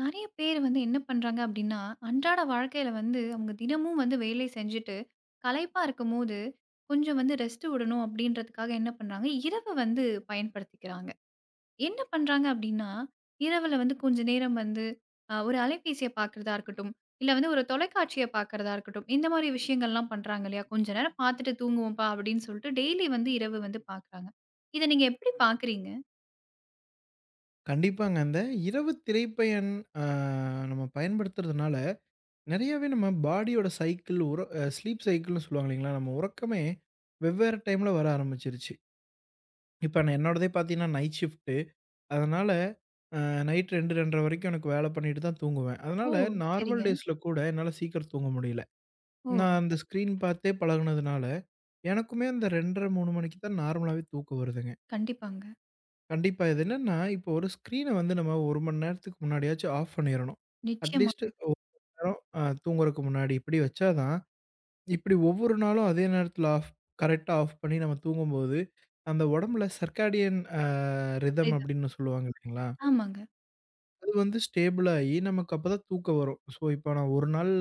நெறைய பேர் வந்து என்ன பண்றாங்க அப்டின்னா, அன்றாட வாழ்க்கையில வந்து அவங்க தினமும் வந்து வேலை செஞ்சுட்டு, களைப்பா இருக்கும்போது, கொஞ்சம் வந்து ரெஸ்ட் விடணும் அப்டின்றதுக்காக என்ன பண்றாங்க, இரவு வந்து பயன்படுத்திக்கிறாங்க. என்ன பண்றாங்க அப்டின்னா, இரவுல வந்து கொஞ்ச நேரம் வந்து ஒரு அலைபேசிய பார்க்குறதா இருக்கட்டும், இல்ல வந்து ஒரு தொலைக்காட்சிய பார்க்குறதா இருக்கட்டும், இந்த மாரி விஷயங்கள்லாம் பண்றாங்க இல்லையா? "கொஞ்ச நேரம் பார்த்துட்டு தூங்குவோம்ப்பா" அப்டின்னு சொல்லிட்டு டெய்லி வந்து இரவு வந்து பார்க்குறாங்க. இத நீங்க எப்டி பார்க்குறீங்க? கண்டிப்பாங்க. அந்த இரவு திரைப்பயன் அ நம்ம பயன்படுத்துறதுனால, நெறையாவே நம்ம பாடியோட சைக்கிள் உற அ ஸ்லீப் சைக்கிள்னு சொல்லுவாங்க இல்லைங்களா? நம்ம உறக்கமே வெவ்வேறு டைம்ல வர ஆரம்பிச்சிருச்சு. இப்ப நான் என்னோடதே பார்த்தீங்கன்னா, நைட் ஷிஃப்ட்டு. அதனால அ நைட் 2, 2:30 வரைக்கும் எனக்கு வேலை பண்ணிட்டு தான் தூங்குவேன். ஓ! அதனால நார்மல் சரிங்க. டேஸ்ல கூட என்னால சீக்கிரம் தூங்க முடியல. ஓ! நான் அந்த ஸ்க்ரீன் பார்த்தே பழகுனதுனால, எனக்குமே அந்த 2:30, 3 மணிக்கு தான் நார்மலாவே தூக்கம் வருதுங்க. கண்டிப்பாங்க. கண்டிப்பா. இது என்னன்னா, இப்போ ஒரு ஸ்க்ரீன வந்து நம்ம 1 மணி நேரத்துக்கு முன்னாடியாச்சும் ஆஃப் பண்ணிறணும். அட்லீஸ்ட் நிச்சயமாங்க. ஒரு நேரம் தூங்குறதுக்கு முன்னாடி இப்படி வச்சா தான், இப்படி ஒவ்வொரு நாளும் அதே நேரத்தில ஆஃப் கரெக்ட்டா ஆஃப் பண்ணி நம்ம தூங்கும்போது, அந்த உடம்புல சர்க்காடியன் ரிதம் அப்படின்னு சொல்லுவாங்க இல்லைங்களா? ஆமாங்க. அது வந்து ஸ்டேபிள் ஆயி நமக்கு அப்பதான் தூக்கம் வரும். ஸோ, இப்போ நான் ஒரு நாள்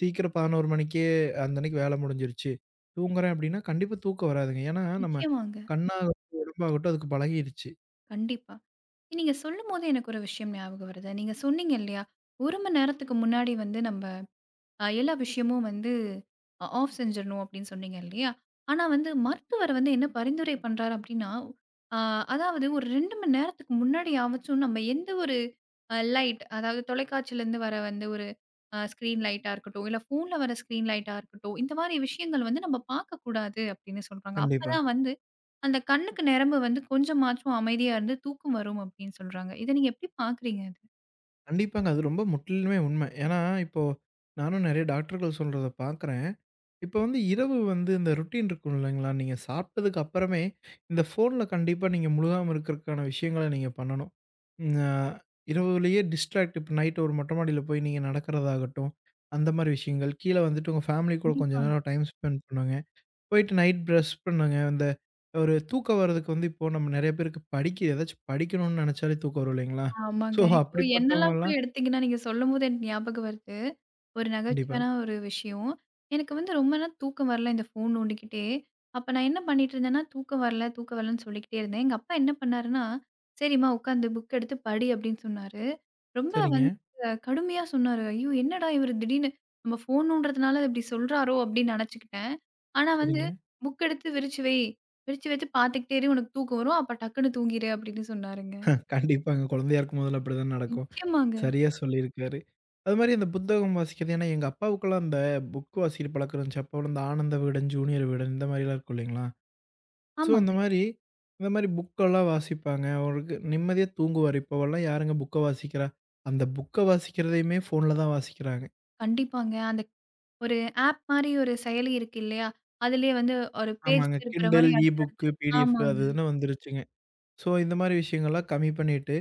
சீக்கிரம் 11 மணிக்கே அந்த அன்னைக்கு வேலை முடிஞ்சிருச்சு. தூங்குறேன் அப்படின்னா, கண்டிப்பா தூக்கம் வராதுங்க. ஏன்னா, நம்ம நிச்சயமாங்க. கண்ணாகட்டும், உடம்பாகட்டும் அதுக்கு பழகிருச்சு. கண்டிப்பா. நீங்க சொல்லும்போது எனக்கு ஒரு விஷயம் ஞாபகம் வருது. நீங்க சொன்னீங்க இல்லையா? 1 மணி நேரத்துக்கு முன்னாடி வந்து நம்ம எல்லா விஷயமும் வந்து ஆஃப் செஞ்சிரணும் அப்படின்னு சொன்னீங்க இல்லையா? ஆனா வந்து மருத்துவர் வந்து என்ன பரிந்துரை பண்றாரு அப்படின்னா, அ அதாவது ஒரு 2 மணி நேரத்துக்கு முன்னாடியாவச்சும் நம்ம எந்த ஒரு லைட் அதாவது தொலைக்காட்சியிலேருந்து வர வந்து ஒரு ஸ்க்ரீன் லைட்டா இருக்கட்டும், இல்ல ஃபோன்ல வர ஸ்க்ரீன் லைட்டா இருக்கட்டும், இந்த மாரி விஷயங்கள் வந்து நம்ம பார்க்கக்கூடாது அப்படின்னு சொல்றாங்க. கண்டிப்பா. அப்பதான் வந்து அந்த கண்ணுக்கு நரம்பு வந்து கொஞ்சமாச்சும் அமைதியா இருந்து தூக்கம் வரும் அப்படின்னு சொல்றாங்க. இத நீங்க எப்படி பார்க்குறீங்க அது? கண்டிப்பாங்க. அது ரொம்ப முற்றிலுமே உண்மை. ஏன்னா, இப்போ நானும் நெறைய டாக்டர்கள் சொல்றத பார்க்குறேன். இப்போ வந்து இரவு வந்து இந்த ரொட்டீன் இருக்கும் இல்லைங்களா? நீங்க சாப்பிட்டதுக்கு அப்புறமே, இந்த ஃபோன்ல கண்டிப்பா நீங்க முழுகாம இருக்கிறதுக்கான விஷயங்கள நீங்க பண்ணணும். ம் அ இரவுலயே டிஸ்ட்ராக்ட் இப்ப நைட் ஒரு மொட்டை மாடியில போய் நீங்க நடக்கிறதாகட்டும், அந்த மாரி விஷயங்கள். கீழ வந்துட்டு உங்க ஃபேமிலி கூட கொஞ்ச கண்டிப்பா. நேரம் டைம் ஸ்பெண்ட் பண்ணுங்க. போயிட்டு நைட் பிரஷ் பண்ணுங்க. இந்த ஒரு தூக்கம் வர்றதுக்கு வந்து இப்போ நம்ம நெறைய பேருக்கு படிக்க ஏதாச்சும் படிக்கணும்னு நெனைச்சாலே தூக்கம் வரும் இல்லைங்களா? ஸோ, ஆமாங்க. இப்போ என்னெல்லாம் கூட அப்படிப்பட்டவங்கலாம் எடுத்தீங்கன்னா, நீங்க சொல்லும்போது எனக்கு ஞாபகம் வருது. ஒரு கண்டிப்பா. நகைச்சுவையான ஒரு விஷயம். எனக்கு வந்து ரொம்ப நாள் தூக்கம் வரல இந்த ஃபோன் நோண்டிக்கிட்டே. அப்ப நான் என்ன பண்ணிட்டு இருந்தேன்னா, தூக்கம் வரல, தூக்கம் வரலன்னு சொல்லிக்கிட்டே இருந்தேன். எங்க அப்பா என்ன பண்ணாருன்னா, "சரிம்மா உட்காந்து புக் எடுத்து படி" அப்படின்னு சொன்னாரு. ரொம்ப சரிங்க, வந்து கடுமையா சொன்னாரு. ஐயோ! என்னடா இவரு திடீர்னு நம்ம ஃபோன் நோண்டுறதுனால இப்படி சொல்றாரோ அப்படின்னு நெனச்சுக்கிட்டேன். ஆனா வந்து சரிங்க. புக் எடுத்து விரிச்சு வை. விரிச்சு வச்சு பார்த்துக்கிட்டே இரு. உனக்கு தூக்கம் வரும். அப்ப டக்குன்னு தூங்கிரு அப்படின்னு சொன்னாருங்க. கண்டிப்பாங்க. குழந்தையா இருக்கும் போதெல்லாம் அப்படிதான் நடக்கும். நிச்சயமாங்க. சரியா சொல்லியிருக்காரு. அதுமாரி அந்த புத்தகம் வாசிக்கிறது ஏன்னா எங்க அப்பாவுக்கெல்லாம் அந்த புக் வாசிக்கிற பழக்கம் இருந்துச்சு. அப்போலாம் இந்த ஆனந்த விகடன், ஜூனியர் விகடன் இந்த மாரிலாம் இருக்கும் இல்லைங்களா? ஸோ, அந்த ஆமாங்க. மாரி இந்த மாரி புக்கெல்லாம் வாசிப்பாங்க. அவருக்கு நிம்மதியா தூங்குவாரு. இப்போவெல்லாம் யாருங்க புக்க வாசிக்கிறா? அந்த புக்க வாசிக்கிறதையுமே ஃபோன்ல தான் வாசிக்கிறாங்க. கண்டிப்பாங்க. அந்த ஒரு ஆப் மாரி ஒரு செயலி இருக்கு இல்லையா? அதிலேயே வந்து ஒரு பேஜ் ஆமாங்க. திருப்புற Kindle, மாரி அடுத்து, E-book, அடுத்து PDF அது ஆமாங்க. இதுன்னு வந்துருச்சுங்க. ஸோ, இந்த மாரி விஷயங்கள்லாம் கம்மி பண்ணிட்டு,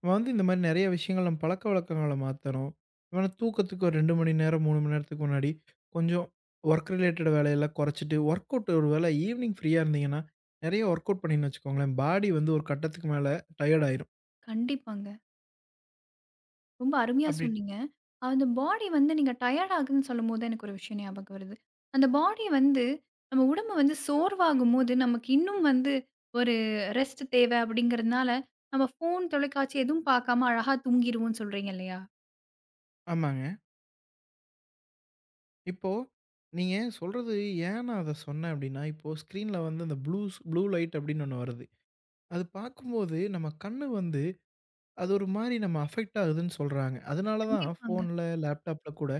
நம்ம வந்து இந்த மாரி நெறைய விஷயங்கள் நம்ம பழக்கவழக்கங்கள மாத்தணும். நம்ம தூக்கத்துக்கு ஒரு 2 மணி நேரம், 3 மணி நேரத்துக்கு முன்னாடி கொஞ்சம் ஒர்க் ரிலேட்டட் வேலையெல்லாம் கொறச்சிட்டு, ஒர்க் அவுட் ஒரு வேளை ஈவினிங் ஃப்ரீயா இருந்தீங்கன்னா, நெறைய ஒர்க் அவுட் பண்ணீங்கன்னு வச்சுக்கோங்களேன், பாடி வந்து ஒரு கட்டத்துக்கு மேல டயர்ட் ஆயிரும். கண்டிப்பாங்க. ரொம்ப அருமையா அப்படி சொன்னீங்க. அந்த பாடி வந்து நீங்க டயர்ட் ஆகுதுன்னு சொல்லும்போது எனக்கு ஒரு விஷயம் ஞாபகம் வருது. அந்த பாடி வந்து நம்ம உடம்பு வந்து சோர்வாகும்போது நமக்கு இன்னும் வந்து ஒரு ரெஸ்ட் தேவை அப்படிங்கிறதுனால, நம்ம ஃபோன், தொலைக்காட்சி எதுவும் பார்க்காம அழகா தூங்கிருவோம்ன்னு சொல்றீங்க இல்லையா? ஆமாங்க. இப்போ நீங்க சொல்றது ஏன் நான் அத சொன்னேன் அப்படின்னா, இப்போ ஸ்க்ரீன்ல வந்து அந்த ப்ளூ லைட் அப்படின்னு ஒண்ணு வருது. அது பாக்கும்போது நம்ம கண்ணு வந்து அது ஒரு மாரி நம்ம அஃபெக்ட் ஆகுதுன்னு சொல்றாங்க. அதனால தான் கண்டிப்பாங்க. ஃபோன்ல, லேப்டாப்ல கூட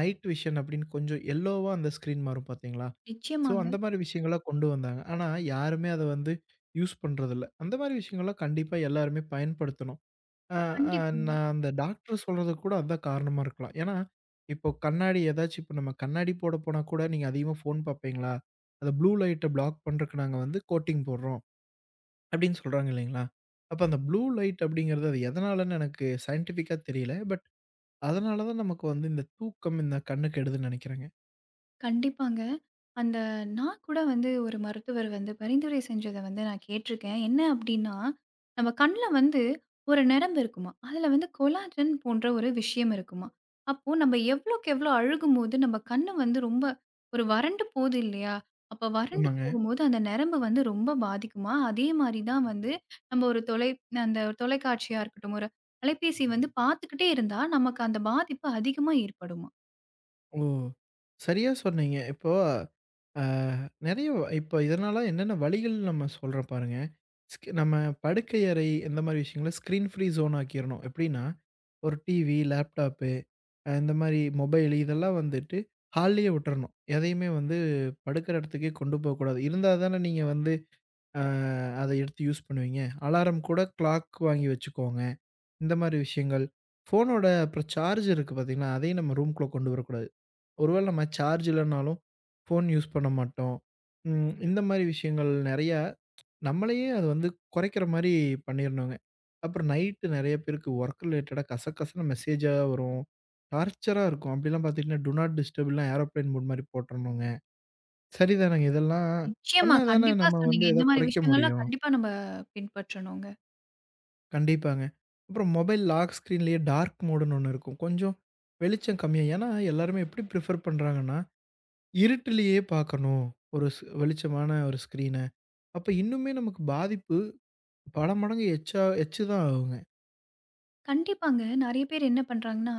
நைட் விஷன் அப்படின்னு கொஞ்சம் எல்லோவா அந்த ஸ்க்ரீன் மாறும் பார்த்தீங்களா? ஸோ நிச்சயமாங்க. அந்த மாரி விஷயங்கள கொண்டு வந்தாங்க. ஆனா யாருமே அத வந்து யூஸ் பண்றதில்ல. அந்த மாரி விஷயங்கள்லாம் கண்டிப்பா எல்லாருமே பயன்படுத்தணும். அ அ கண்டிப்பாங்க. நான் அந்த டாக்டர் சொல்றதுக்கு கூட அதான் காரணமா இருக்கலாம். ஏன்னா, இப்போ கண்ணாடி ஏதாச்சும் இப்போ நம்ம கண்ணாடி போட போனா கூட, "நீங்க அதிகமா ஃபோன் பார்ப்பீங்களா? அந்த ப்ளூ லைட்ட பிளாக் பண்றதுக்கு நாங்க வந்து கோட்டிங் போடுறோம்." அப்படின்னு சொல்றாங்க இல்லைங்களா? அப்ப அந்த ப்ளூ லைட் அப்படிங்கிறது அது எதனாலன்னு எனக்கு சயன்டிஃபிக்கா தெரியல. பட் அதனால தான் நமக்கு வந்து இந்த தூக்கம், இந்த கண்ணு கெடுதுன்னு நெனைக்கிறேங்க. கண்டிப்பாங்க. அந்த நான் கூட வந்து ஒரு மருத்துவர் வந்து பரிந்துரை செஞ்சத வந்து நான் கேட்டுருக்கேன். என்ன அப்டின்னா, நம்ம கண்ல வந்து ஒரு நரம்பு இருக்குமா, அதுல வந்து கொலாஜன் போன்ற ஒரு விஷயம் இருக்குமா. அப்போ நம்ம எவ்வளோக்கு எவ்வளோ அழுகும்போது நம்ம கண்ணு வந்து ரொம்ப ஒரு வறண்டு போகுது இல்லையா? அப்ப வறண்டு ஆமாங்க. போகும்போது அந்த நரம்பு வந்து ரொம்ப பாதிக்குமா. அதே மாரி தான் வந்து நம்ம ஒரு அந்த தொலைக்காட்சியா இருக்கட்டும், ஒரு அலைபேசி வந்து பார்த்துக்கிட்டே இருந்தா நமக்கு அந்த பாதிப்பு அதிகமா ஏற்படுமா? ஓ! சரியா சொன்னீங்க. இப்போ அ நெறைய இப்போ இதனால என்னென்ன வழிகள் நம்ம சொல்றோம் பாருங்க. நம்ம படுக்கை அறை இந்த மாரி விஷயங்கள ஸ்க்ரீன் ஃப்ரீ ஜோன் ஆக்கிரணும். எப்படின்னா, ஒரு டிவி, லேப்டாப்பு இந்த மாரி மொபைலு இதெல்லாம் வந்துட்டு ஹால்லயே விட்டுறணும். எதையுமே வந்து படுக்கிற இடத்துக்கே கொண்டு போகக்கூடாது. இருந்தா தானே நீங்க வந்து அ அத எடுத்து யூஸ் பண்ணுவீங்க. அலாரம் கூட கிளாக் வாங்கி வச்சுக்கோங்க. இந்த மாரி விஷயங்கள். ஃபோனோட அப்புறம் சார்ஜ் இருக்கு பார்த்தீங்களா, அதையும் நம்ம ரூம்குள்ள கொண்டு வரக்கூடாது. ஒருவேள நம்ம சார்ஜ் இல்லனாலும் ஃபோன் யூஸ் பண்ண மாட்டோம். இந்த மாரி விஷயங்கள் நெறையா நம்மளையே அது வந்து குறைக்கிற மாரி பண்ணிறணுங்க. அப்புறம் நைட்டு நெறைய பேருக்கு ஒர்க் ரிலேட்டடா கசகசன்னு மெசேஜா வரும். டார்ச்சரா இருக்கும். அப்படிலாம் பார்த்தீங்கன்னா, டூ நாட் டிஸ்டர்ப்லாம் ஏரோப்ளேன் மோட் மாரி போட்டுறணுங்க. சரிதானங்க. இதெல்லாம் நிச்சயமா. பண்ணா தானே கண்டிப்பா நம்ம வந்து சொன்னீங்க. ஏதா இந்த மாரி குறைக்க விஷயங்கள்லாம் முடியும். கண்டிப்பா நம்ம பின்பற்றணுங்க. கண்டிப்பாங்க. அப்புறம் மொபைல் லாக் ஸ்க்ரீன்லேயே டார்க் மோடுன்னு ஒண்ணு இருக்கும். கொஞ்சம் வெளிச்சம் கம்மியா ஏன்னா, எல்லாருமே எப்படி ப்ரிஃபர் பண்றாங்கன்னா, இருட்டிலேயே பார்க்கணும். ஒரு ஸ் வெளிச்சமான ஒரு ஸ்க்ரீன. அப்ப இன்னுமே நமக்கு பாதிப்பு பல மடங்கு எச்சு தான் ஆகுங்க. கண்டிப்பாங்க. நெறைய பேர் என்ன பண்றாங்கன்னா,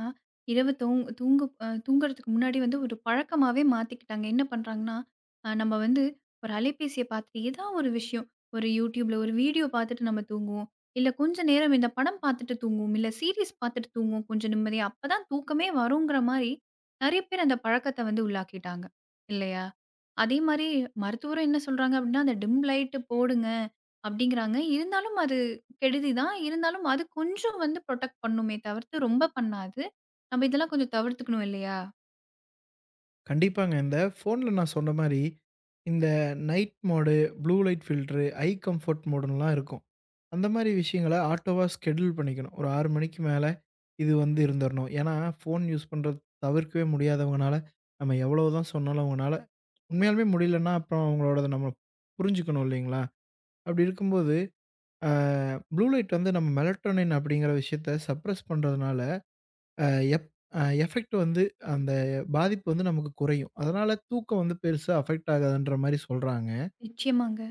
இரவு தூங்கு தூங்குறதுக்கு முன்னாடி வந்து ஒரு பழக்கமாவே மாத்திக்கிட்டாங்க. என்ன பண்றாங்கன்னா, நம்ம வந்து ஒரு அலைபேசிய பார்த்துட்டு ஏதா ஒரு விஷயம், ஒரு YouTubeல ஒரு வீடியோ பார்த்துட்டு நம்ம தூங்குவோம். இல்ல கொஞ்ச நேரம் இந்த படம் பார்த்துட்டு தூங்குவோம். இல்ல சீரிஸ் பார்த்துட்டு தூங்குவோம் கொஞ்சம் நிம்மதியா. அப்பதான் தூக்கமே வருங்கிற மாரி நெறைய பேர் அந்த பழக்கத்த வந்து உள்ளாக்கிட்டாங்க. இல்லையா? அதே மாரி மருத்துவரும் என்ன சொல்றாங்க அப்டின்னா, அந்த டிம் லைட் போடுங்க அப்டிங்கிறாங்க. இருந்தாலும் அது கெடுதி தான். இருந்தாலும் அது கொஞ்சம் வந்து புரொடெக்ட் பண்ணுமே தவிர்த்து, ரொம்ப பண்ணாது. நம்ம இதெல்லாம் கொஞ்சம் தவிர்த்துக்கணும் இல்லையா? கண்டிப்பாங்க. இந்த ஃபோன்ல நான் சொன்ன மாரி, இந்த night mode, blue light filter, eye comfort மோடுன்னுலாம் இருக்கும். அந்த மாரி விஷயங்கள ஆட்டோவா ஸ்கெட்யூல் பண்ணிக்கணும். ஒரு 6 மணிக்கு மேல இது வந்து இருந்துரணும். ஏன்னா, ஃபோன் யூஸ் பண்றது தவிர்க்கவே முடியாதவங்கனால, நம்ம எவ்வளவு தான் சொன்னாலும் அவங்கனால உண்மையாலுமே முடியலன்னா, அப்புறம் அவங்களோடத நம்ம புரிஞ்சுக்கணும் இல்லைங்களா? அப்படி இருக்கும்போது, அ ப்ளூ லைட் வந்து நம்ம மெலட்டோனின் அப்படிங்கிற விஷயத்த சப்ரஸ் பண்றதுனால, அ எப் அ எஃபெக்ட் வந்து அந்த பாதிப்பு வந்து நமக்கு குறையும். அதனால தூக்கம் வந்து பெருசா அஃபெக்ட் ஆகாதுன்ற மாரி சொல்றாங்க. நிச்சயமாங்க.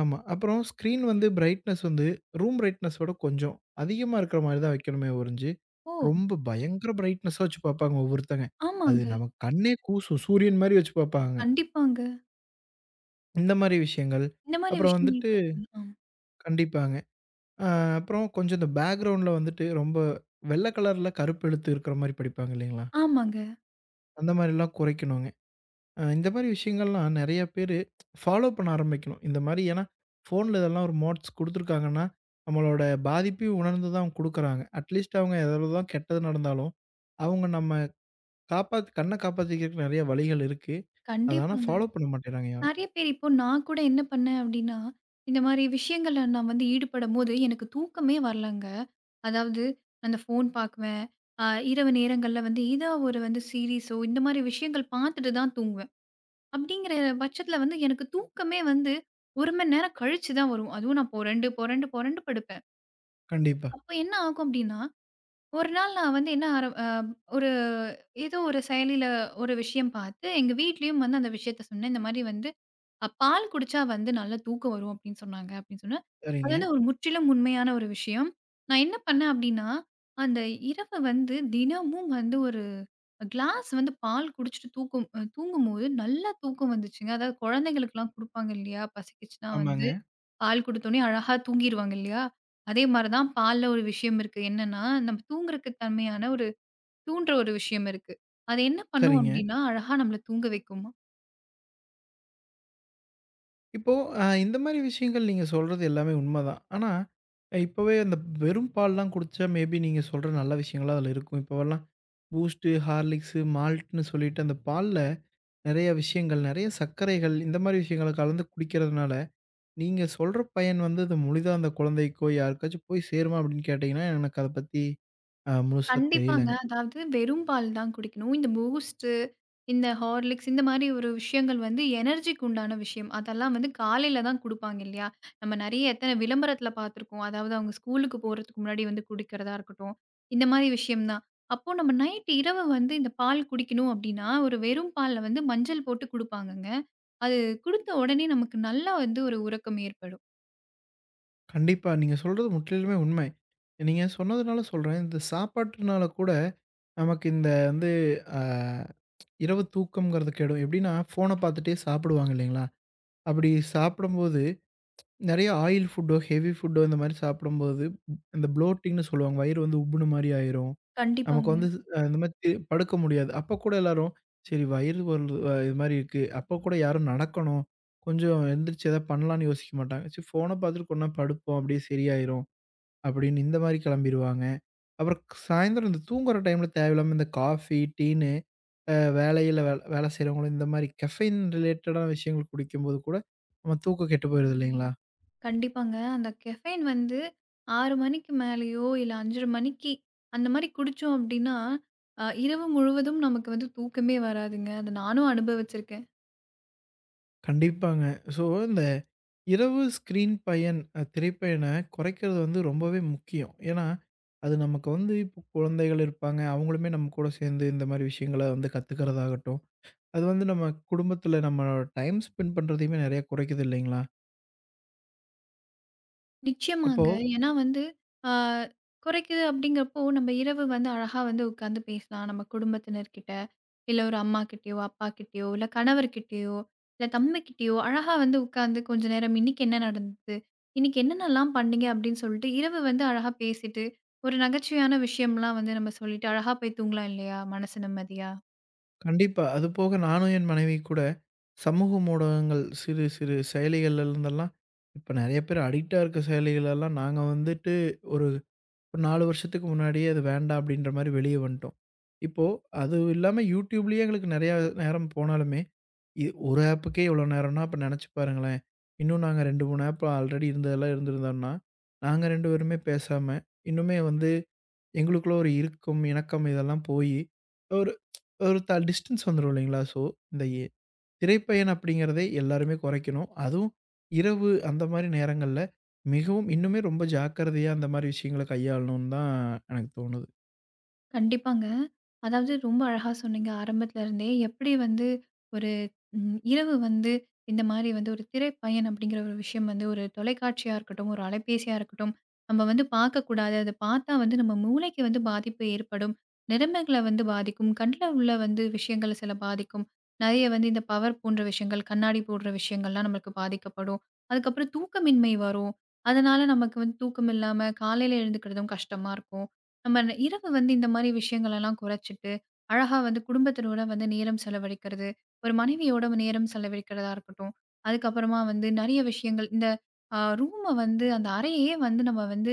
ஆமா. அப்புறம் ஸ்க்ரீன் வந்து பிரைட்னஸ் வந்து ரூம் பிரைட்னஸோட கொஞ்சம் அதிகமா இருக்கிற மாரி தான் வைக்கணுமே ஒழிஞ்சு, ஓ! ரொம்ப பயங்கர பிரைட்னஸா வச்சு பார்ப்பாங்க ஒவ்வொருத்தங்க. அது ஆமாங்க. நமக்கு கண்ணே கூசும். சூரியன் மாரி வச்சு பார்ப்பாங்க. கண்டிப்பாங்க. இந்த மாரி விஷயங்கள். இந்த மாரி அப்புறம் விஷயங்கள் வந்துட்டு கூட பண்ணலாம். கண்டிப்பாங்க. அ அப்புறம் கொஞ்சம் இந்த பேக்கிரவுண்ட்ல வந்துட்டு ரொம்ப வெள்ள கலர்ல கருப்பு எழுத்து இருக்கிற மாரி படிப்பாங்க இல்லைங்களா? ஆமாங்க. அந்த மாரிலாம் குறைக்கணுங்க. இந்த மாரி விஷயங்கள்லாம் நெறைய பேரு ஃபாலோ பண்ண ஆரம்பிக்கணும். இந்த மாரி ஏன்னா, ஃபோன்ல இதெல்லாம் ஒரு மோட்ஸ் குடுத்துருக்காங்கன்னா, நம்மளோட பாதிப்பையும் உணர்ந்து தான் குடுக்குறாங்க. அட்லீஸ்ட் அவங்க எவ்வளோ தான் கெட்டது நடந்தாலும், அவங்க நம்ம கண்ண காப்பாத்திக்கிறதுக்கு நெறைய வழிகள் இருக்கு. அத ஆனா கண்டிப்பாங்க. ஃபாலோ பண்ண மாட்டேங்கிறாங்க யாரும். நெறைய பேர் இப்போ நான் கூட என்ன பண்ணேன் அப்டின்னா, இந்த மாரி விஷயங்கள்ல நான் வந்து ஈடுபடும்போது எனக்கு தூக்கமே வரலங்க. அதாவது அந்த ஃபோன் பாக்குவேன். அ இரவு நேரங்கள்ல வந்து ஏதா ஒரு வந்து சீரிஸோ இந்த மாரி விஷயங்கள் பாத்துட்டு தான் தூங்குவேன். அப்படிங்கிற பட்சத்தில வந்து எனக்கு தூக்கமே வந்து 1 மணி நேரம் கழிச்சு தான் வரும். அதுவும் நான் புரண்டு, புரண்டு, புரண்டு படுப்பேன். கண்டிப்பா. அப்ப என்ன ஆகும் அப்படின்னா, ஒரு நாள் நான் வந்து என்ன ஆர அ ஒரு ஏதோ ஒரு செயலியில ஒரு விஷயம் பார்த்து, எங்க வீட்லயும் வந்து அந்த விஷயத்த சொன்னேன். இந்த மாரி வந்து பால் குடிச்சா வந்து நல்லா தூக்கம் வரும் அப்படின்னு சொன்னாங்க அப்படின்னு சொன்னேன். அது சரிங்க. வந்து ஒரு முற்றிலும் உண்மையான ஒரு விஷயம். நான் என்ன பண்ணேன் அப்படின்னா, அந்த இரவு வந்து தினமும் வந்து ஒரு கிளாஸ் வந்து பால் குடிச்சுட்டு தூக்கும் அ தூங்கும்போது நல்லா தூக்கம் வந்துச்சுங்க. அதாவது குழந்தைகளுக்கெல்லாம் குடுப்பாங்க இல்லையா? பசிக்குச்சுன்னா வந்து ஆமாங்க. பால் குடுத்தோனே அழகா தூங்கிருவாங்க இல்லையா? அதே மாரி தான் பால்ல ஒரு விஷயம் இருக்கு. என்னன்னா, நம்ம தூங்குறக்கு தன்மையான ஒரு தூண்டுற ஒரு விஷயம் இருக்கு. அது என்ன பண்ணும் சரிங்க. அப்படின்னா, அழகா நம்மள தூங்க வைக்கும். இப்போ அ இந்த மாரி விஷயங்கள் நீங்க சொல்றது எல்லாமே உண்மதான். ஆனா, இப்பவே அந்த வெறும் பால்லாம் குடிச்சா மேபி நீங்க சொல்ற நல்ல விஷயங்கள்லாம் அதுல இருக்கும். இப்போவெல்லாம் பூஸ்ட்டு, ஹார்லிக்ஸு, மால்ட்ன்னு சொல்லிட்டு அந்த பால்ல நெறைய விஷயங்கள், நெறைய சர்க்கரைகள் இந்த மாரி விஷயங்கள கலந்து குடிக்கிறதுனால, நீங்க சொல்ற பயன் வந்து அது முழுதா அந்த குழந்தைக்கோ, யாருக்காச்சும் போய் சேருமா அப்படின்னு கேட்டீங்கன்னா, எனக்கு அத பத்தி முழுசா கண்டிப்பாங்க. தெரியலங்க. அதாவது வெறும் பால் தான் குடிக்கணும். இந்த பூஸ்ட்டு, இந்த ஹார்லிக்ஸ் இந்த மாரி ஒரு விஷயங்கள் வந்து எனர்ஜிக்கு உண்டான விஷயம். அதெல்லாம் வந்து காலையில தான் குடுப்பாங்க இல்லையா? நம்ம நெறைய எத்தன விளம்பரத்தில பார்த்துருக்கோம். அதாவது அவங்க ஸ்கூலுக்கு போறதுக்கு முன்னாடி வந்து குடிக்கிறதா இருக்கட்டும். இந்த மாரி விஷயம் தான். அப்போ நம்ம நைட் இரவு வந்து இந்த பால் குடிக்கணும் அப்டின்னா, ஒரு வெறும் பால்ல வந்து மஞ்சள் போட்டு குடுப்பாங்கங்க. அது குடுத்த உடனே நமக்கு நல்லா வந்து ஒரு உறக்கம் ஏற்படும். கண்டிப்பா நீங்க சொல்றது முற்றிலுமே உண்மை. நீங்க சொன்னதுனால சொல்றேன். இந்த சாப்பாட்டுனால கூட நமக்கு இந்த வந்து அ இரவு தூக்கம்ங்கிறது கெடும். எப்படின்னா ஃபோன பார்த்துட்டே சாப்பிடுவாங்க இல்லைங்களா? அப்படி சாப்பிடும்போது நெறைய ஆயில் ஃபுட்டோ, ஹெவி ஃபுட்டோ இந்த மாரி சாப்பிடும்போது, இந்த ப்ளோட்டிங்ன்னு சொல்லுவாங்க. வயிறு வந்து உப்புன மாரி ஆயிரும். நமக்கு கண்டிப்பாங்க. வந்து இந்த மாரி படுக்க முடியாது. அப்ப கூட எல்லாரும், சரி வயிறு வலு அ இது மாரி இருக்கு. அப்ப கூட யாரும் நடக்கணும். கொஞ்சம் எந்திரிச்சு எதாவது பண்ணலான்னு யோசிக்க மாட்டாங்க. சரி ஃபோன பார்த்துட்டு கொஞ்ச நேரம் படுப்போம். அப்படியே சரியாயிரும். அப்படின்னு இந்த மாரி கிளம்பிருவாங்க. அப்புறம் சாயந்தரம் இந்த தூங்குற டைம்ல தேவையில்லாம இந்த காஃபி, டீன்னு வேலையில வேலை செய்றவங்களும் இந்த மாரி கெஃபைன் ரிலேட்டடான விஷயங்கள் குடிக்கும்போது கூட நம்ம தூக்கம் கெட்டு போயிருது இல்லைங்களா? கண்டிப்பாங்க. அந்த கெஃபைன் வந்து 6 மணிக்கு மேலேயோ, இல்ல 5:30 மணிக்கு அந்த மாரி குடிச்சோம் அப்டின்னா, இரவு முழுவதும் நமக்கு வந்து தூக்கமே வராதுங்க. அத நானும் அனுபவிச்சிருக்கேன். கண்டிப்பாங்க. ஸோ, இந்த இரவு ஸ்க்ரீன் பயன் அ திரைப்பயன குறைக்கிறது வந்து ரொம்பவே முக்கியம். ஏன்னா, அது நமக்கு வந்து இப்போ குழந்தைகள் இருப்பாங்க. அவங்களுமே நம்ம கூட சேர்ந்து இந்த மாரி விஷயங்கள வந்து கத்துக்கிறதாகட்டும், அது வந்து நம்ம குடும்பத்தில நம்ம டைம் ஸ்பெண்ட் பண்ணுறதையுமே நெறைய குறைக்குது இல்லைங்களா? அப்போ நிச்சயமாங்க. ஏன்னா வந்து, ஆ குறைக்குது அப்படிங்கிறப்போ, நம்ம இரவு வந்து அழகா வந்து உட்காந்து பேசலாம். நம்ம குடும்பத்தினர்கிட்ட, இல்ல ஒரு அம்மாகிட்டயோ, அப்பாகிட்டயோ, இல்ல கணவர்கிட்டயோ, இல்ல தம்பிகிட்டயோ அழகா வந்து உட்காந்து கொஞ்ச நேரம் இன்னைக்கு என்ன நடந்தது? இன்னைக்கு என்னென்னலாம் பண்ணீங்க? அப்படின்னு சொல்லிட்டு இரவு வந்து அழகா பேசிட்டு, ஒரு நகைச்சுவையான விஷயம்லாம் வந்து நம்ம சொல்லிட்டு அழகா போய் தூங்கலாம் இல்லையா? மனசு நிம்மதியா. கண்டிப்பா. அது போக நானும் என் மனைவி கூட சமூக ஊடகங்கள் சிறு சிறு செயலிகள்ல இருந்தெல்லாம் இப்போ நெறைய பேர் அடிக்ட்டா இருக்க செயலிகளெல்லாம் நாங்க வந்துட்டு ஒரு ஒரு 4 வருஷத்துக்கு முன்னாடியே அது வேண்டாம் அப்படின்ற மாரி வெளிய வந்துட்டோம். இப்போ அது இல்லாம YouTubeலயே எங்களுக்கு நெறையா நேரம் போனாலுமே, இது ஒரு ஆப்புக்கே இவ்வளோ நேரம்னா, அப்ப நெனச்சு பாருங்களேன். இன்னும் நாங்க 2, 3 ஆப் ஆல்ரெடி இருந்ததெல்லாம் இருந்திருந்தோம்னா, நாங்க 2 பேருமே பேசாம, இன்னுமே வந்து எங்களுக்குள்ள ஒரு இறுக்கம், இணக்கம் இதெல்லாம் போயி, ஒரு ஒரு த டிஸ்டன்ஸ் வந்துரும் இல்லைங்களா? ஸோ, இந்த எ திரைப்பயன் அப்படிங்கிறதே எல்லாருமே குறைக்கணும். அதுவும் இரவு அந்த மாரி நேரங்கள்ல மிகவும் இன்னுமே ரொம்ப ஜாக்கிரதையா அந்த மாரி விஷயங்கள கையாளணும்னு தான் எனக்கு தோணுது. கண்டிப்பாங்க. அதாவது ரொம்ப அழகா சொன்னீங்க. ஆரம்பத்துல இருந்தே எப்படி வந்து ஒரு இரவு வந்து இந்த மாரி வந்து ஒரு திரைப்பயன் அப்படிங்கிற ஒரு விஷயம் வந்து ஒரு தொலைக்காட்சியா இருக்கட்டும், ஒரு அலைபேசியா இருக்கட்டும், நம்ம வந்து பார்க்கக்கூடாது. அத பார்த்தா வந்து நம்ம மூளைக்கு வந்து பாதிப்பு ஏற்படும். நரம்புகள வந்து பாதிக்கும். கண்ல உள்ள வந்து விஷயங்கள் சில பாதிக்கும். நெறைய வந்து இந்த பவர் போன்ற விஷயங்கள், கண்ணாடி போடுற விஷயங்கள்லாம் நம்மளுக்கு பாதிக்கப்படும். அதுக்கப்புறம் தூக்கமின்மை வரும். அதனால நமக்கு வந்து தூக்கம் இல்லாம காலையில எழுந்துக்கிறதும் கஷ்டமா இருக்கும். நம்ம இரவு வந்து இந்த மாதிரி விஷயங்கள் எல்லாம் குறைச்சிட்டு அழகா வந்து குடும்பத்தினோட வந்து நேரம் செலவழிக்கிறது ஒரு மனைவியோட நேரம் செலவழிக்கிறதா இருக்கட்டும் அதுக்கப்புறமா வந்து நிறைய விஷயங்கள் இந்த ரூமை வந்து அந்த அறையே வந்து நம்ம வந்து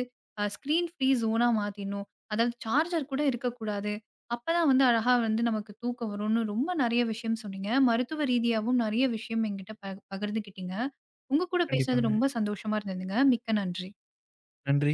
ஸ்க்ரீன் ஃப்ரீ ஜோனா மாத்திடணும். அதாவது சார்ஜர் கூட இருக்கக்கூடாது. அப்பதான் வந்து அழகா வந்து நமக்கு தூக்கம் வரும்னு ரொம்ப நிறைய விஷயம் சொன்னீங்க, மருத்துவ ரீதியாவும் நிறைய விஷயம் என்கிட்ட பகிர்ந்துக்கிட்டீங்க. உங்க கூட பேசுனது கண்டிப்பாங்க. ரொம்ப சந்தோஷமா இருந்ததுங்க. மிக்க நன்றி. நன்றி.